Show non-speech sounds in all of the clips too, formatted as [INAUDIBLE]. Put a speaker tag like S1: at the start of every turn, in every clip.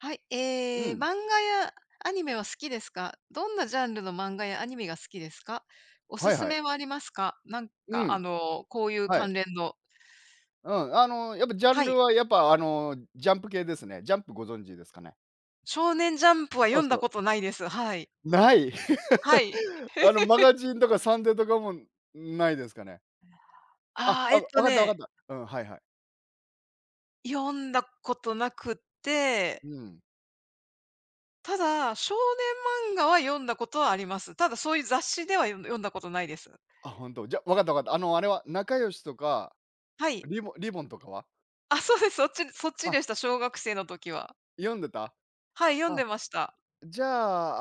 S1: はい、
S2: う
S1: ええ、漫
S2: ん、
S1: 画やアニメは好きですか？どんなジャンルの漫画やアニメが好きですか？おす
S2: はい
S1: す
S2: はい。
S1: めはありますか？
S2: うん、
S1: こういう
S2: はい。
S1: 関連の
S2: うん、やっぱジャン
S1: はい。
S2: ルはやっぱジャンプ系ですね。ジャンプご存知ですかね？
S1: 少年ジャンプは
S2: そう
S1: 読ん
S2: そ
S1: だ
S2: う。
S1: ことないです。はい。
S2: ない。
S1: はい。
S2: [LAUGHS] マガジンとかサンデーとかもないですかね？あ、
S1: ああ、
S2: あ、分かった分かった。うん、はいはい。
S1: 読んだことなくって、
S2: うん。
S1: ただ、少年漫画は読んだことはあります。ただ、そういう雑誌では読んだことないです。
S2: あ、本当じゃ、分かった分かった。あれは仲良しとか、
S1: はい。
S2: リボンとかは？
S1: あ、そうです。そっちそっち
S2: あ、
S1: でした。小学生の時は。
S2: 読んでた？
S1: はい、読ん
S2: あ、
S1: でました。
S2: じゃ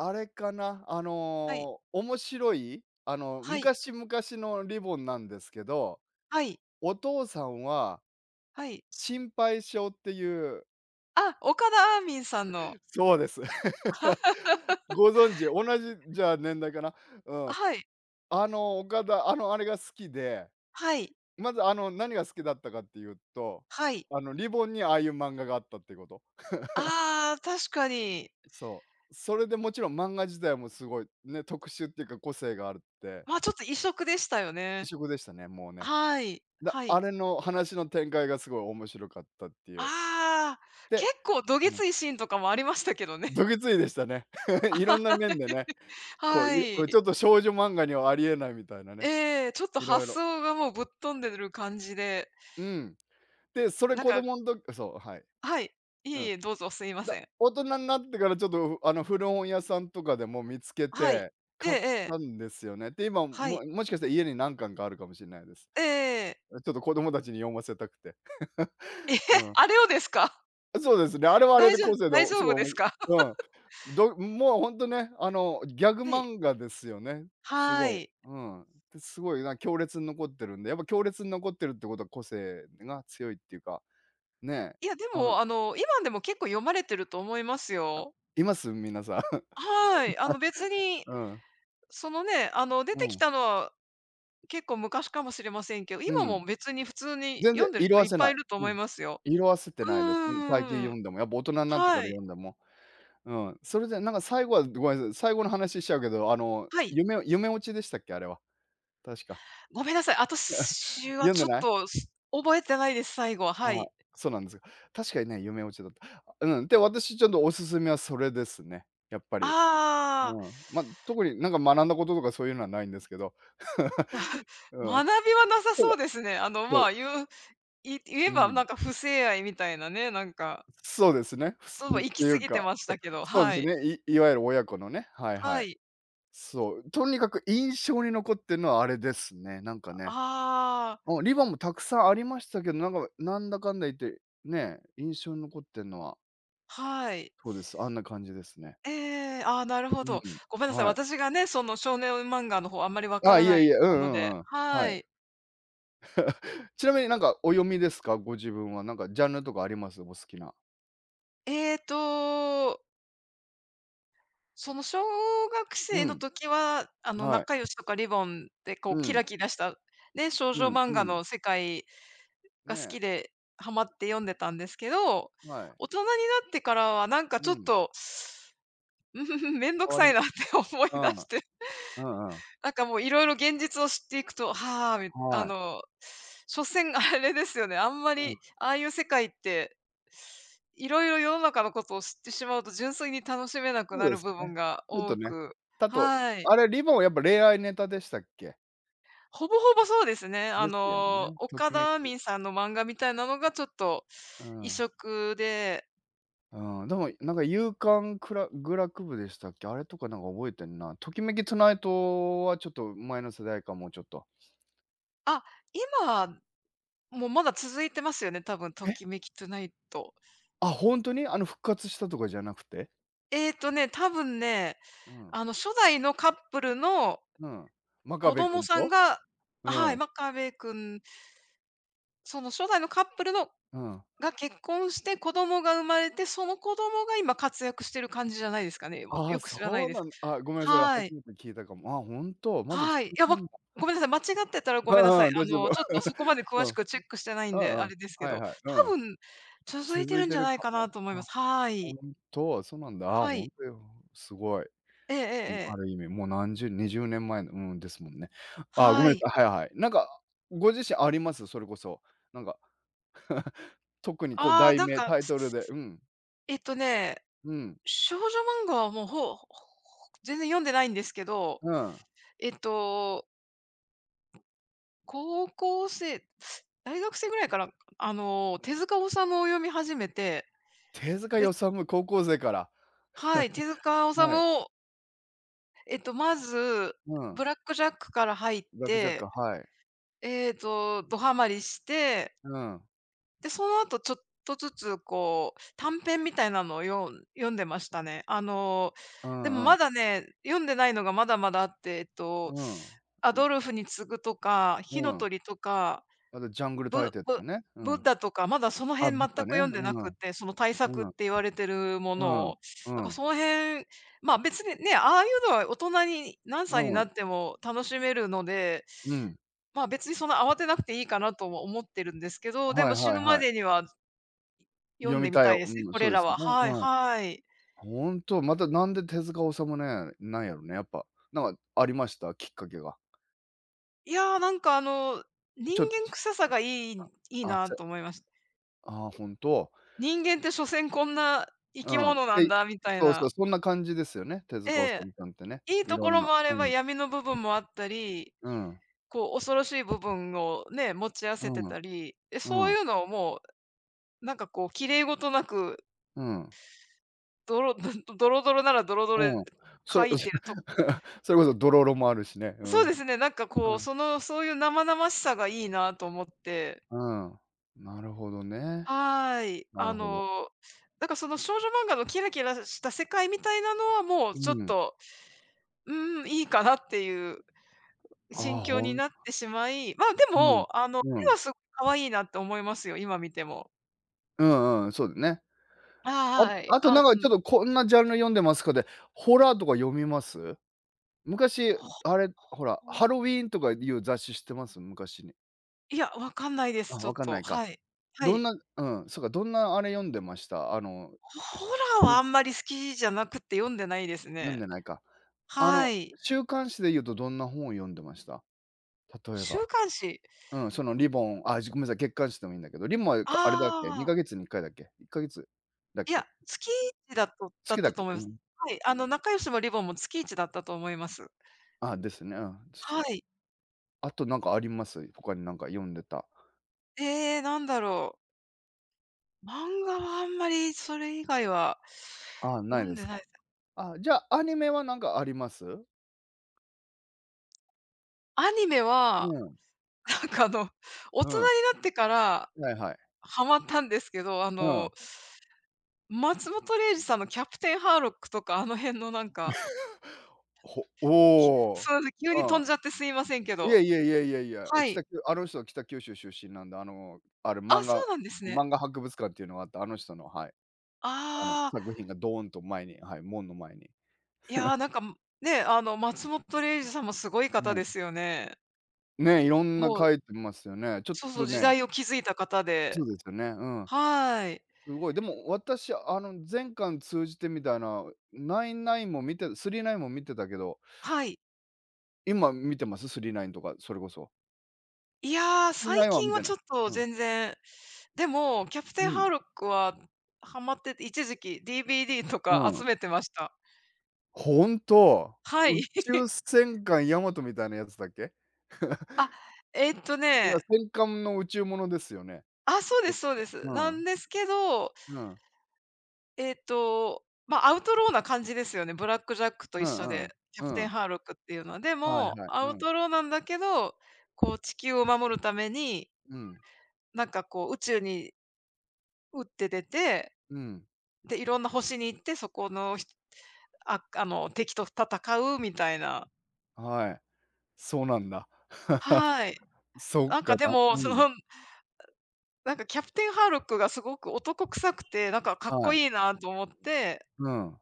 S2: あ、あれかな、
S1: はい。
S2: 面白い、
S1: はい。
S2: 昔々のリボンなんですけど、
S1: はい。
S2: お父さんは
S1: はい。
S2: 心配性っていう、
S1: あ、岡田アーミンさんの。
S2: そうです。[LAUGHS] ご存知、同じじゃあ年代かな。うん。
S1: はい。
S2: あの岡田、あれが好きで、
S1: はい。
S2: まず何が好きだったかっていうと、
S1: はい。
S2: あのリボンにああいう漫画があったってこと。
S1: ああ、確かに。
S2: そう。それでもちろん漫画自体もすごいね、特殊っていうか個性があるって、
S1: まあ、ちょっと異色でしたよ
S2: 異
S1: ね。
S2: 色でしたね、もうね。
S1: はい。
S2: だ
S1: は
S2: あ
S1: い。
S2: れの話の展開がすごい面白かったっていう。
S1: ああ、結
S2: で、
S1: 構どぎ
S2: うん、
S1: ついシーンとかもありましたけどね。
S2: どぎついでしたね。[LAUGHS] いろん
S1: [LAUGHS]
S2: な
S1: あ
S2: 面でね。こう、
S1: は
S2: これち
S1: い。
S2: ょっと少女漫画にはありえないみたいなね、
S1: ええ、ちょっと
S2: いろい
S1: 発
S2: ろ
S1: 想がもうぶっ飛んでる感じで、
S2: うん。で、それ
S1: なん
S2: 子
S1: か
S2: 供ん時そう、はい。
S1: はい。い
S2: う
S1: えい
S2: ん。
S1: え、どうぞすいま
S2: だ
S1: せん。
S2: 大人になってからちょっと、古本屋さんとかでも見つけ
S1: はい。
S2: て、
S1: えええ
S2: 買った
S1: え、
S2: んですよね。で、今
S1: はい。
S2: ももしかしたら家に何巻かあるかもしんないです。
S1: えええ。
S2: ちょっと子供たちに読ませたくて。
S1: ええ、
S2: うん。
S1: あれをですか？
S2: そうですね。あれ
S1: [LAUGHS]
S2: はあれ
S1: 大
S2: で
S1: 丈夫
S2: 個性で
S1: 大丈
S2: すご
S1: 夫
S2: いお
S1: で
S2: も
S1: す
S2: し
S1: か？
S2: う
S1: [LAUGHS]
S2: ん。もうほんとね、ギャグ
S1: はい。
S2: 漫画ですよね。す
S1: は
S2: ごい。
S1: い。
S2: うん。で、すごいな、強烈に残ってるんで、やっぱ強烈に残ってるってことは個性が強いっていうか、ね、
S1: いや、で
S2: あの、
S1: も、今でも結構読まれてると思いますよ。
S2: います？皆さん。
S1: はい。
S2: [LAUGHS] うん。
S1: 出
S2: う
S1: てき
S2: ん。
S1: たのは結構昔かもしれませんけど、今
S2: うん。
S1: も別に普通に
S2: 全然
S1: 読んでる
S2: 色
S1: 人
S2: 褪
S1: いっ
S2: せ
S1: ぱ
S2: な
S1: いい
S2: い。
S1: ると
S2: う
S1: 思い
S2: ん。
S1: ますよ。
S2: 色褪せて
S1: う
S2: ないです。最近
S1: ー
S2: 読
S1: ん。
S2: んでも、やっぱ大人になってか
S1: は
S2: ら
S1: い。
S2: 読んでも。うん。それでなんか最後はごめんなさい、最後の話しちゃうけど、
S1: はい。
S2: 夢落ちでしたっけ？あれは。確か。
S1: ごめんなさい。
S2: [LAUGHS]
S1: 私は
S2: 読んで
S1: ちょっ
S2: ない？
S1: と覚えてないです、最後は。は
S2: ああ、
S1: い。
S2: そうなんですよ。確かにね、夢落ちだった。うん、で、私ちょっとおすすめはそれですね、やっぱり。
S1: ああ、
S2: うん。ま、特になんか学んだこととかそういうのはないんですけど。[LAUGHS] う
S1: 学
S2: ん。
S1: びはなさ
S2: た
S1: そ
S2: だ、
S1: うですね。
S2: そ
S1: ま
S2: う、
S1: あ、言うい言
S2: う
S1: えば
S2: ん。
S1: なんか不正愛みたいなね、なんか、
S2: そうですね。ふす
S1: そ
S2: ん、っ
S1: う、行
S2: て
S1: き
S2: い
S1: 過
S2: う
S1: ぎて
S2: か、
S1: ましたけど、
S2: そうで
S1: は
S2: す
S1: い。
S2: ね、いわゆる親子のね、はいは
S1: は
S2: い。
S1: い。
S2: そう、とにかく印象に残ってるのはあれですね、なんかね。
S1: ああ、
S2: うん、リボンもたくさんありましたけど、なんか、なんだかんだ言って、ね、印象に残ってるのは、
S1: はい。
S2: そうです、あんな感じですね。
S1: ええ、ああ、なるほ
S2: う
S1: ど。
S2: ん、
S1: ごめんなさい、
S2: はい。
S1: 私がね、その少年漫画の方あんまりわか
S2: あ、
S1: ら
S2: い
S1: ない
S2: えいえ、うん
S1: も
S2: う
S1: ので、
S2: んうん。は
S1: は
S2: い。
S1: い。
S2: ちなみになんかお読みですか？ご自分は。なんかジャンルとかあります？お好きな。
S1: えっと、その小学
S2: う
S1: 生の
S2: ん、
S1: 時は、あの、な
S2: はい。
S1: かよしとかリボンでこう
S2: う
S1: キ
S2: ん、
S1: ラキラした、ね、少
S2: う
S1: 女
S2: ん、
S1: 漫
S2: う
S1: 画
S2: ん。
S1: の世界が
S2: ね
S1: 好
S2: え、
S1: きで、ハマって読んでたんですけど、
S2: はい。
S1: 大人になってからはなんか
S2: う
S1: ちょっ
S2: ん、
S1: と、うーん、めんど
S2: 変
S1: く
S2: わ
S1: さい
S2: り
S1: なって思い出
S2: まうん、
S1: して。
S2: うんうん。
S1: なんかもういろいろ現実を知っていくと、はあ、みあ
S2: はい。
S1: の、所詮あれですよね、あんま
S2: うん、
S1: り、ああいう世界って、いろいろ世の中のことを知ってしまうと純粋に楽しめなく
S2: そう
S1: な
S2: で
S1: る
S2: す
S1: 部
S2: ね。
S1: 分が
S2: ちょっと
S1: 多
S2: ね、
S1: く
S2: だと、
S1: はい。
S2: あれ、リボンはやっぱ恋愛ネタでしたっけ？
S1: ほぼほぼそうですね。
S2: ですよね、とき
S1: 岡
S2: めき。
S1: 田ミンさんの漫画みたいなのがちょっと
S2: う
S1: 異
S2: ん。
S1: 色で、
S2: うん、でもなんか夕刊くらぐらくでしたっけ？あれとかなんか覚えてんな。ときめきトゥナイトはちょっと前の世代かも、ちょっと。
S1: あ、今もうまだ続いてますよね、多分と
S2: え
S1: きめきトゥナイト。
S2: あ、ほんとに？復活したとかじゃなくて？
S1: 多分ね、
S2: うん、
S1: あの初代のカップルの
S2: うん。真
S1: 子
S2: 壁
S1: 供
S2: 君
S1: さん
S2: と？
S1: が
S2: う
S1: はい、
S2: ん、
S1: 真壁君、その初代のカップルの
S2: うん。
S1: が結婚して子供が生まれて、その子供が今活躍してる感じじゃないですかね。も、
S2: ああ、
S1: よく知らな
S2: そ
S1: い
S2: う
S1: です。
S2: なんあ、ごめんなさい、
S1: は
S2: 初
S1: い。
S2: めて聞いたかも。あ、ほんと、まだ続
S1: はい。
S2: いてんだ。
S1: ごめんなさい、間違ってたらご
S2: う
S1: めんなさ
S2: ん
S1: い。
S2: うん、どっちでも。
S1: ちょっとそこまで詳し
S2: [LAUGHS] うん、
S1: くチェックしてない
S2: う
S1: んで、
S2: んう
S1: あ
S2: ん。
S1: れですけ
S2: はい
S1: ど、
S2: はい、う
S1: 多
S2: ん。
S1: 分続いて
S2: 続い
S1: るん
S2: て
S1: じゃ
S2: る
S1: ない
S2: か
S1: かな
S2: も。
S1: と思いま
S2: あ、
S1: す。は
S2: ほ
S1: い。
S2: んと、そうなんだ。あ、
S1: は
S2: ほん
S1: い。
S2: とよ。すごい。
S1: えええええ
S2: うん、あ
S1: え。
S2: る意味、もう20年前の、うん、ですもんね。あ、ごめ
S1: は
S2: ん
S1: い。
S2: なさい、はいはい。なんか、ご自身あります？それこそ。なんか、特にこう
S1: ああ、
S2: 題
S1: なん
S2: 名、
S1: か、
S2: タイトルでうん、
S1: えっとね、
S2: うん。
S1: 少女漫画はもう、全然読んでないんですけど
S2: うん。
S1: えっと、高校生、大学生ぐらいから、手塚治虫を読み始めて、
S2: 手塚
S1: で
S2: 治虫、高校生から。
S1: はい、手塚治
S2: はい。
S1: 虫を、えっと、まず、
S2: うん。
S1: ブラックジャックから入っ
S2: ブラックジャック、
S1: て、
S2: はい。
S1: えっと、ドハマりして、
S2: うん。
S1: で、その後ちょっとずつこう、短編みたいなのを読んでましたね。あの、
S2: う
S1: でも
S2: んうん。
S1: まだね、読んでないのがまだまだあって、えっと、
S2: うん。ん、
S1: アドルフに次ぐとか、火
S2: う
S1: の
S2: ん。
S1: 鳥とか
S2: あとジャングル大
S1: ブ
S2: 帝と
S1: ブ
S2: かね。う
S1: ブッ
S2: ん。
S1: ダとか、まだその
S2: あ、
S1: 辺
S2: ブ
S1: 全
S2: ッ
S1: く
S2: ダね。
S1: 読ん
S2: う
S1: でなく
S2: ん。
S1: て、その対
S2: う
S1: 策って
S2: ん。
S1: 言われてるも
S2: う
S1: の
S2: ん。
S1: を。
S2: う
S1: だから
S2: ん。
S1: その辺、ま、別にね、ああいうのは大人に何
S2: う
S1: 歳に
S2: ん。
S1: なっても楽しめるので、
S2: うん。
S1: ま、別にそんな慌てなくていいかなとも思ってるんですけど、で
S2: はい
S1: も死
S2: はい
S1: ぬま
S2: はい。
S1: でには読
S2: 読
S1: ん
S2: み
S1: でみ
S2: たい
S1: たい
S2: よ。
S1: ですね、
S2: うん、
S1: こ
S2: そ
S1: れ
S2: うで
S1: ら
S2: す
S1: は。
S2: ね。
S1: はい
S2: うん。
S1: はい。
S2: ほんと、またなんで手塚治虫ね、なんやろね、やっぱ。なんかありました？きっかけが。
S1: いやー、人
S2: ちょっと
S1: 間
S2: ち
S1: 臭さがいい
S2: あ、
S1: なと思いました。
S2: ああ、ほんと。
S1: 人間って所詮こんな生
S2: う
S1: き
S2: ん。
S1: 物なん
S2: で、
S1: だみたい
S2: そうそう、
S1: な。
S2: そんな感じですよね、手
S1: え
S2: 塚治
S1: え。
S2: 虫さんってね。
S1: いい
S2: い
S1: と
S2: ろ
S1: こ
S2: ん
S1: ろ
S2: な、
S1: もあれ
S2: う
S1: ば、
S2: ん、
S1: 闇の部分もあったり、
S2: うん、
S1: こう恐ろしい部分をね、持ち合わ
S2: う
S1: せて
S2: ん、
S1: たり、で
S2: う
S1: そうい
S2: ん、
S1: うのをなんかこう綺麗事なく、
S2: うん、
S1: ドロ [LAUGHS] ドロドロならドロドロで
S2: うん。そ
S1: 書
S2: れ
S1: いてると
S2: [LAUGHS] それこそドロロもあるしね。う
S1: そ
S2: ん。
S1: う
S2: う
S1: ですね、なんかこう、その、そういう生々しさがいいなと思って。
S2: ん、うん。なるほどね。
S1: はーい。
S2: な
S1: あ
S2: るほど。
S1: の、だからその少女漫画のキラキラした世界みたいなのは、もう
S2: う
S1: ちょっ
S2: ん。
S1: と、うん、いいかなっていう
S2: ああ、
S1: 心境になってしまい、まあ、で
S2: うん、
S1: も、あの、
S2: う
S1: 絵
S2: ん。
S1: はすごい可愛いなって思いますよ、今見ても。
S2: うんうん、そうだね。
S1: あ
S2: あ
S1: はい。
S2: あと
S1: あ、
S2: なんかちょっとこんなジャンル読んでますかで、ホラーとか読みます？昔
S1: ほ
S2: あれ、ほら、
S1: ほ
S2: ハロウィーンとかいう雑誌知ってます？昔に。
S1: いや、わかんないです、
S2: あ、
S1: ちょ
S2: わ
S1: っ
S2: かんな
S1: と。
S2: いか。
S1: はい。は
S2: ど
S1: い。
S2: んなうん、そうか、どんなあれ読んでました？
S1: ホラ
S2: し
S1: ーは
S2: ゅ
S1: あんまり好きじゃなくて読んでないです
S2: 読ん
S1: ね。
S2: でないか。あ
S1: は
S2: の、
S1: い。
S2: 週刊誌で言うとどんな本を読んでました？例え
S1: 週
S2: ば。
S1: 刊誌。
S2: うん、そのリボンあ、ごめんなさい、月刊誌でもいいんだけど、リボンは、あれだっけ、
S1: あ
S2: 2
S1: あ、
S2: か月に1回だっけ？1か月だっ
S1: い
S2: け？
S1: や、月一だとだっ
S2: 月だ
S1: た
S2: っ
S1: と
S2: け？
S1: 思い
S2: う
S1: ます。
S2: ん。
S1: はい、あの、仲良しもリボンも月一だったと思います。
S2: あ、ですね、うん、そし
S1: は
S2: た
S1: い。
S2: あとなんかあります？他になんか読んでた。
S1: ええ、なんだろう。漫画はあんまりそれ以外は
S2: あ、ない
S1: 読ん
S2: で
S1: で
S2: す
S1: ない
S2: か。あ、じゃあ、アニメはなんかあります？
S1: アニメは、
S2: うん、
S1: [LAUGHS] なんかあの、大
S2: う
S1: 人に
S2: ん、
S1: なってから
S2: はいはい。
S1: ハマったんですけど、あ
S2: う
S1: の、
S2: ん。
S1: 松本零士さんのキャプテンハーロックとか、あの辺のなんか、
S2: ほ
S1: すい
S2: お
S1: ません、急に
S2: お、う
S1: 飛
S2: ん。
S1: んじゃってすいませんけ
S2: いや
S1: ど。
S2: いやいやいや、いや、
S1: はい。
S2: あの人は北九州出身なんで、ある
S1: あ、そうなんですね。
S2: 漫画博物館っていうのがあって、あの人の、はい、
S1: あ
S2: 作
S1: あ、
S2: 品がドーンと前に、はい、門の前に。
S1: いや、
S2: [LAUGHS]
S1: なんか、ね、あの、松本零士さんもすごい
S2: う
S1: 方で
S2: ん。
S1: すよね。
S2: ね、いろんな
S1: も
S2: 書
S1: う、
S2: いてますよね。ちょっ
S1: そうそ
S2: と
S1: う、時
S2: ね
S1: 代を築いた方
S2: そ
S1: で。
S2: うですよね、うん。
S1: はい。
S2: すごい、でも私、全巻通じてみたいな、ナインナインも見てスリーナインも見てたけど、
S1: はい。
S2: 今見てます？スリーナインとか、それこそ。
S1: いや、
S2: スリー
S1: 最
S2: ナインは見
S1: 近は
S2: てな
S1: ち
S2: い。
S1: ょっと
S2: うん。
S1: 全然でも、キャプテ
S2: う
S1: ンハ
S2: ん。
S1: ーロックはハマってて、一時期 DVD とか
S2: う
S1: 集
S2: ん。
S1: めてました。
S2: ほんと、
S1: は
S2: 宇
S1: い。
S2: 宙
S1: [LAUGHS]
S2: 戦艦ヤマトみたいなやつだっけ？
S1: あ、
S2: いや、
S1: ね、
S2: 戦艦の宇宙ものですよね。
S1: あ、そうで
S2: 確
S1: すそうで
S2: か。
S1: す。
S2: う
S1: なん
S2: ん。
S1: ですけど、
S2: うん。
S1: えーっと、まあ、アウトローな感じですよね。ブラックジャックと
S2: う
S1: 一緒
S2: んう
S1: で、
S2: ん。
S1: キャ
S2: う
S1: プテン
S2: ん。
S1: ハーロックっていうのは。で
S2: はい
S1: も、
S2: はい。
S1: ア
S2: う
S1: ウ
S2: ん。
S1: トローなんだけど、こう地球を守るために、
S2: うん。
S1: なんかこう宇宙に打って出て、
S2: うん。
S1: で、いろんな星に行って、そこのひああの敵と戦うみたいな
S2: はい。そうなんだ。[LAUGHS]
S1: はい。
S2: そっ
S1: なん
S2: か、
S1: かでも、
S2: う
S1: そ
S2: ん。
S1: の、なんかキャプテンハーロックがすごく男臭くて、なんかかっ
S2: は
S1: こ
S2: い。
S1: いいなと思って、
S2: うん。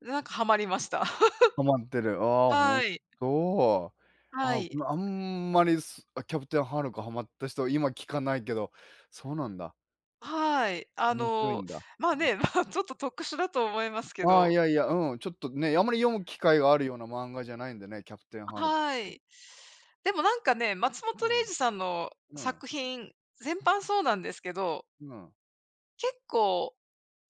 S1: で、なんかハマりました。[LAUGHS]
S2: ハマってる。ああ、ほん
S1: はい。
S2: と。あ
S1: は
S2: あ、ごめ
S1: い。
S2: ん、あんまり、あ、キャプテンハルクハマった人、今聞かないけど、そうなんだ。
S1: はい。あ
S2: 面白い
S1: の、
S2: んだ。
S1: まあね、まあ、ちょっと特殊だと思いますけ
S2: ああ、い
S1: ど、
S2: やいや、うん、ちょっとね、あまり読む機会があるような漫画じゃないんでね、キャプテンハルクっ
S1: は
S2: て。
S1: い。でもなんかね、松
S2: う
S1: 本
S2: ん。
S1: 零士さんの
S2: うん。
S1: 作品、全般そうなんですけど、
S2: うん。
S1: 結構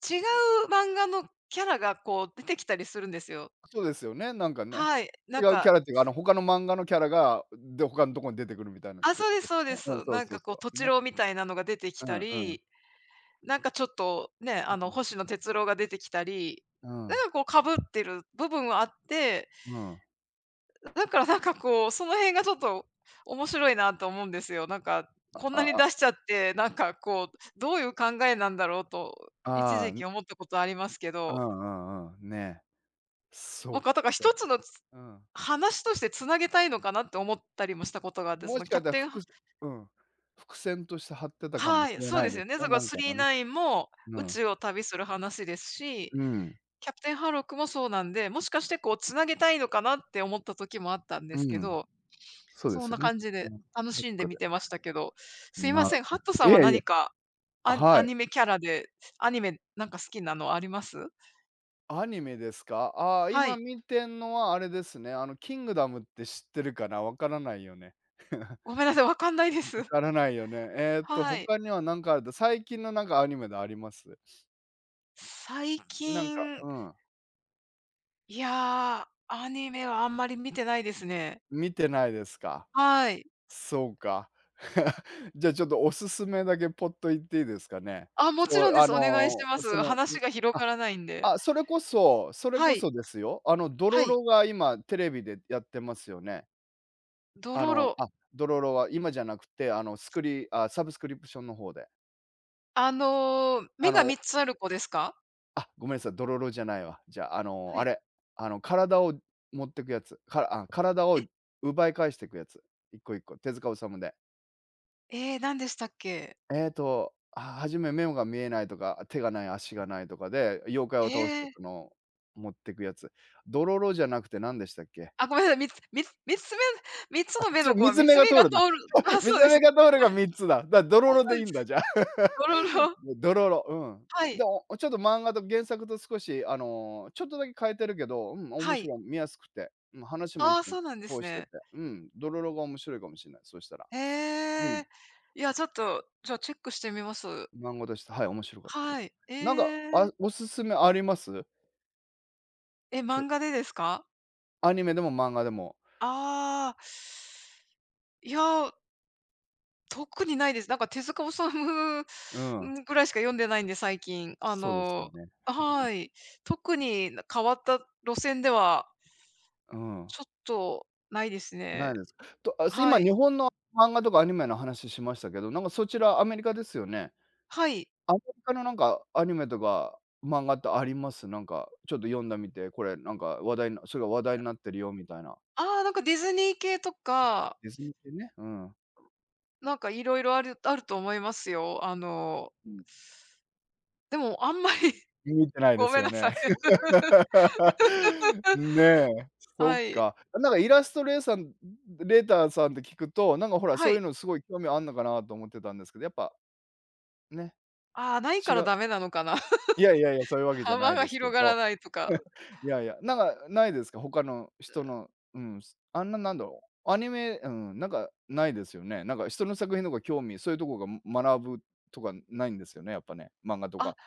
S1: 違う漫画のキャラがこう出てきたりするんですよ。
S2: そうですよね、なんかね。
S1: はい、
S2: 違うキャラっていうか、他の漫画のキャラが、で、他のとこに出てくるみたいな、
S1: あ、そうで
S2: で
S1: す
S2: す
S1: そうで
S2: ね。うん、
S1: す。
S2: そう
S1: なん
S2: そう
S1: かこう、
S2: そ
S1: と
S2: う。
S1: ち
S2: ね。
S1: ろうみたいなのが出てき
S2: うん
S1: た
S2: う
S1: り、
S2: ん
S1: なんかちょっとね、
S2: う
S1: あの、
S2: ん。
S1: 星野哲郎が出てきたり、
S2: う
S1: な
S2: ん。
S1: んかこう、被ってる部分はあって、
S2: うん。
S1: だからなんかこう、その辺がちょっと面白いなと思うんですよ。なんか、
S2: あ
S1: こんなに出し
S2: あ、
S1: ちゃって、なんかこう、どういう考えなんだろうと、一
S2: ああ、
S1: 時
S2: ん、
S1: 期思ったことありますけ
S2: う
S1: ど、
S2: んうんうん。ね。
S1: な
S2: そ
S1: ん
S2: っ
S1: かだから一
S2: か。
S1: つのつ
S2: うん。
S1: 話として繋げたいのかなって思ったりもしたことがあって、そ
S2: も
S1: の
S2: し
S1: キ
S2: か
S1: ャ
S2: した
S1: プ
S2: ら
S1: テン
S2: ふくすうん、伏線として張ってたかもし
S1: はい、
S2: れ
S1: そう
S2: ない
S1: で
S2: で
S1: す
S2: す
S1: よね。
S2: ね、
S1: だか
S2: な
S1: ら
S2: んかのね。
S1: 9インも
S2: う
S1: 宇
S2: ん。
S1: 宙を旅する話ですし、
S2: うん。
S1: キャプテンハーロックもそうなんで、もしかしてこうつなげたいのかなって思った時もあったんですけ
S2: うん。
S1: ど、
S2: そうで
S1: そ
S2: す
S1: ん
S2: よ
S1: な
S2: ね。
S1: 感じ
S2: うん。
S1: で楽
S2: どっ
S1: しんで
S2: かで。
S1: 見てましたけど、すいま
S2: なる
S1: せん、
S2: ほ
S1: ハッ
S2: ど。
S1: トさ
S2: い
S1: ん
S2: え
S1: は
S2: いえ。
S1: 何か、
S2: はい。
S1: ニメキャラで、アニメなんか好きなのあります？
S2: アニメですか？
S1: は
S2: 今
S1: い。
S2: 見てんのはあれですね、キングダムって知ってるかな？わからないよね。[LAUGHS]
S1: ごめんなさい、わかんないで
S2: わ
S1: す。[LAUGHS]
S2: からないよね。
S1: はい。
S2: 他には何かあると、最近のなんかアニメであります？
S1: 最
S2: なんか
S1: 近、
S2: うん、
S1: いやー、アニメはあんまり見てないですね。
S2: 見てないですか？
S1: はい。
S2: そうか。[LAUGHS] じゃ、ちょっとおすすめだけポッと言っていいですかね？
S1: あ、もち
S2: そ
S1: ろ
S2: う、
S1: んで
S2: あ
S1: す。お願いし
S2: の、
S1: ま
S2: そ
S1: す。
S2: の、ん
S1: 話が広
S2: あ、
S1: がらないんで。
S2: それこそそれ
S1: は
S2: こ
S1: い、
S2: そですよ。ド
S1: は
S2: ロ
S1: い。
S2: ロが今テレビでやってますよね。
S1: ど
S2: あ
S1: ろ
S2: の、
S1: ろ。
S2: あ、ドロロは今じゃなくて、あの、スクリあ、サブスクリプションの方で。
S1: あのー、
S2: あ
S1: 目が
S2: の、
S1: 3つある子ですか？
S2: ごめんなさい、ドロロじゃないわ。じゃあ、
S1: は
S2: あ
S1: い。
S2: れ、体を持ってくやつ、から体
S1: え？
S2: を奪い返していくやつ、一個一個、手塚治虫で。
S1: ええー何でしたっけ？
S2: 初め目が見えないとか、手がない、足がないとかで、妖怪を
S1: え
S2: 倒すと、
S1: えー。
S2: 持ってくやつ。ドロロじゃなくて何でしたっけ？
S1: あ、ごめんなさい。みっつみっつ3つ目3つの
S2: [LAUGHS]
S1: 目
S2: そ
S1: の
S2: れ
S1: 子は
S2: 水
S1: 3
S2: 目
S1: つ
S2: が
S1: 目
S2: 通
S1: が
S2: る
S1: 通
S2: な。
S1: る [LAUGHS]
S2: [LAUGHS]
S1: あ、
S2: 水
S1: そうで
S2: 目
S1: す。
S2: が通るが3つだ。だ、ド
S1: あ、
S2: ロロ
S1: そ
S2: で
S1: う
S2: い
S1: で
S2: いん
S1: す。
S2: だ、じゃあ。
S1: どろ
S2: [LAUGHS]
S1: ろ。
S2: ドロロ、
S1: は
S2: うん。で
S1: い、
S2: も、ちょっと漫画と原作と少し、ちょっとだけ変えてるけど、うん、面
S1: はい。
S2: 白い、見やすくて、うん、話も一
S1: ああ、
S2: 本
S1: そうなんです
S2: 通してて、
S1: ね。
S2: うん、ドロロが面白いかもしれない、そうしたら。
S1: え
S2: うん、
S1: えー。いや、ちょっと、じゃあチェックしてみます。
S2: 漫画として、はい、面白かったで
S1: は
S2: す。
S1: い。え
S2: なんか、
S1: え
S2: あ、
S1: ー。
S2: おすすめあります？
S1: え、
S2: て
S1: 漫画でですか？
S2: アニメでも漫画でも。
S1: ああー。いやー特にないです。なんか手塚治虫
S2: う
S1: [LAUGHS]、
S2: ん、
S1: ん、ぐらいしか読んでないんで、最近。あ
S2: そうですよ
S1: の
S2: ね。
S1: はい。特に変わった路線では、
S2: [LAUGHS] うん。
S1: ちょっとないです
S2: な
S1: ね。
S2: いです。と、
S1: は
S2: 今
S1: い。
S2: 日本の漫画とかアニメの話しましたけど、なんかそちらアメリカですよね。
S1: はい。
S2: アメリカのなんかアニメとか漫画ってあります？なんかちょっと読んだみて、これなんか話題なそれが話題になってるよみたいな。
S1: ああ、なんかディズニー系とか、
S2: ディズニー系ね、うん。
S1: なんかいろいろあるあると思いますよ。あの、
S2: うん。
S1: でもあんまり
S2: 見てな
S1: [LAUGHS]
S2: いで
S1: ご
S2: す
S1: めん
S2: よ
S1: なさ
S2: ね。
S1: いね。
S2: [LAUGHS] ねえ、そっ
S1: はい。
S2: か。なんかイラストレーサンレーターさんって聞くと、なんかほら、そ
S1: は
S2: ういう
S1: い。
S2: のすごい興味あんのかなと思ってたんですけど、やっぱね、
S1: ああ、ない
S2: 違
S1: から
S2: う
S1: ダメなのかな。
S2: いやいやいや、そう
S1: [LAUGHS]
S2: いうわけじゃな
S1: 幅
S2: い
S1: が
S2: ですけ
S1: 広がら
S2: ど。
S1: ないとか。
S2: いやいや、なんかないですか？他の人の、うん、すあんな、なんだろう、アニメうん、なんかないですよね。なんか人の作品とか興味、そういうとこが、学ぶとかないんですよね、やっぱね、漫画と
S1: あ
S2: か。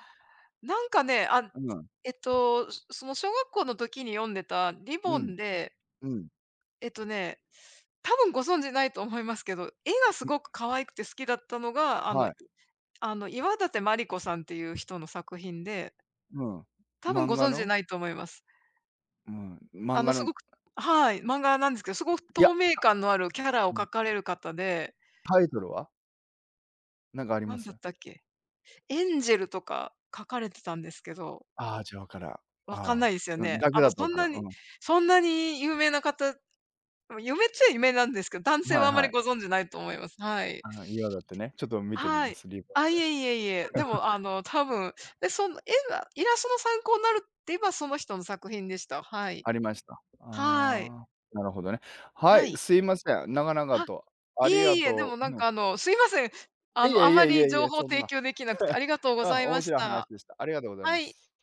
S1: なんかね、あ、
S2: うん、
S1: えっと、その小学校の時に読んでたリ
S2: う
S1: ボ
S2: ん、
S1: ンで、
S2: うん、
S1: えっとね、多分ご存知ないと思いますけど、絵がすご
S2: い
S1: く可愛くて好きだったのが、
S2: はい、
S1: あの、岩立マリ子さんっていう人の作品で、
S2: うん。
S1: 多分
S2: 漫
S1: ご
S2: 画
S1: 存知
S2: の
S1: ないと思います。
S2: うん、
S1: あ
S2: 漫画
S1: の、す
S2: の
S1: ごくはい、漫画なんですけど、すごく
S2: い
S1: 透
S2: や、
S1: 明感のあるキャラを
S2: う
S1: 描
S2: ん、
S1: かれる方で、
S2: タイトルは？なんかありま
S1: なん
S2: す？
S1: だったっけ、エンジェルとか描かれてたんですけど、
S2: ああ、じゃわからん。あ
S1: わかんな
S2: あ、
S1: いですよ
S2: うん、
S1: ね。
S2: だけ
S1: あの、
S2: だとわからん。うん。
S1: そんなに有名な方もう夢っちゃ夢なんですけど、男性
S2: は
S1: は
S2: い
S1: あんま
S2: は
S1: り
S2: い。
S1: ご存知ないと思います。はい。
S2: ああ、今だってね、ちょっと見てみ
S1: は
S2: ま
S1: い。
S2: す、リボン
S1: あ、
S2: で。
S1: いえいえいえ。でも、あの、多分、で、その絵がイラストの参考になるって言えば、その人の作品でした。はい。
S2: ありました。
S1: はい。
S2: ああ、なるほどね。は
S1: は
S2: い、
S1: い。
S2: すいません。長々
S1: あ、
S2: とあ
S1: い
S2: り
S1: え
S2: が
S1: いえ、で
S2: と
S1: もな
S2: う。
S1: ん
S2: うん。
S1: かあの、すいません。
S2: い
S1: あの、あ
S2: えい
S1: ま
S2: えい
S1: り
S2: えい
S1: 情
S2: え、
S1: 報
S2: そん
S1: 提
S2: な。
S1: 供できなくてあ
S2: [LAUGHS]
S1: りがとうご
S2: うん、
S1: ざい
S2: 面
S1: まし
S2: 白い話
S1: た。
S2: でした。ありがとうござい
S1: は
S2: ま
S1: い。
S2: す。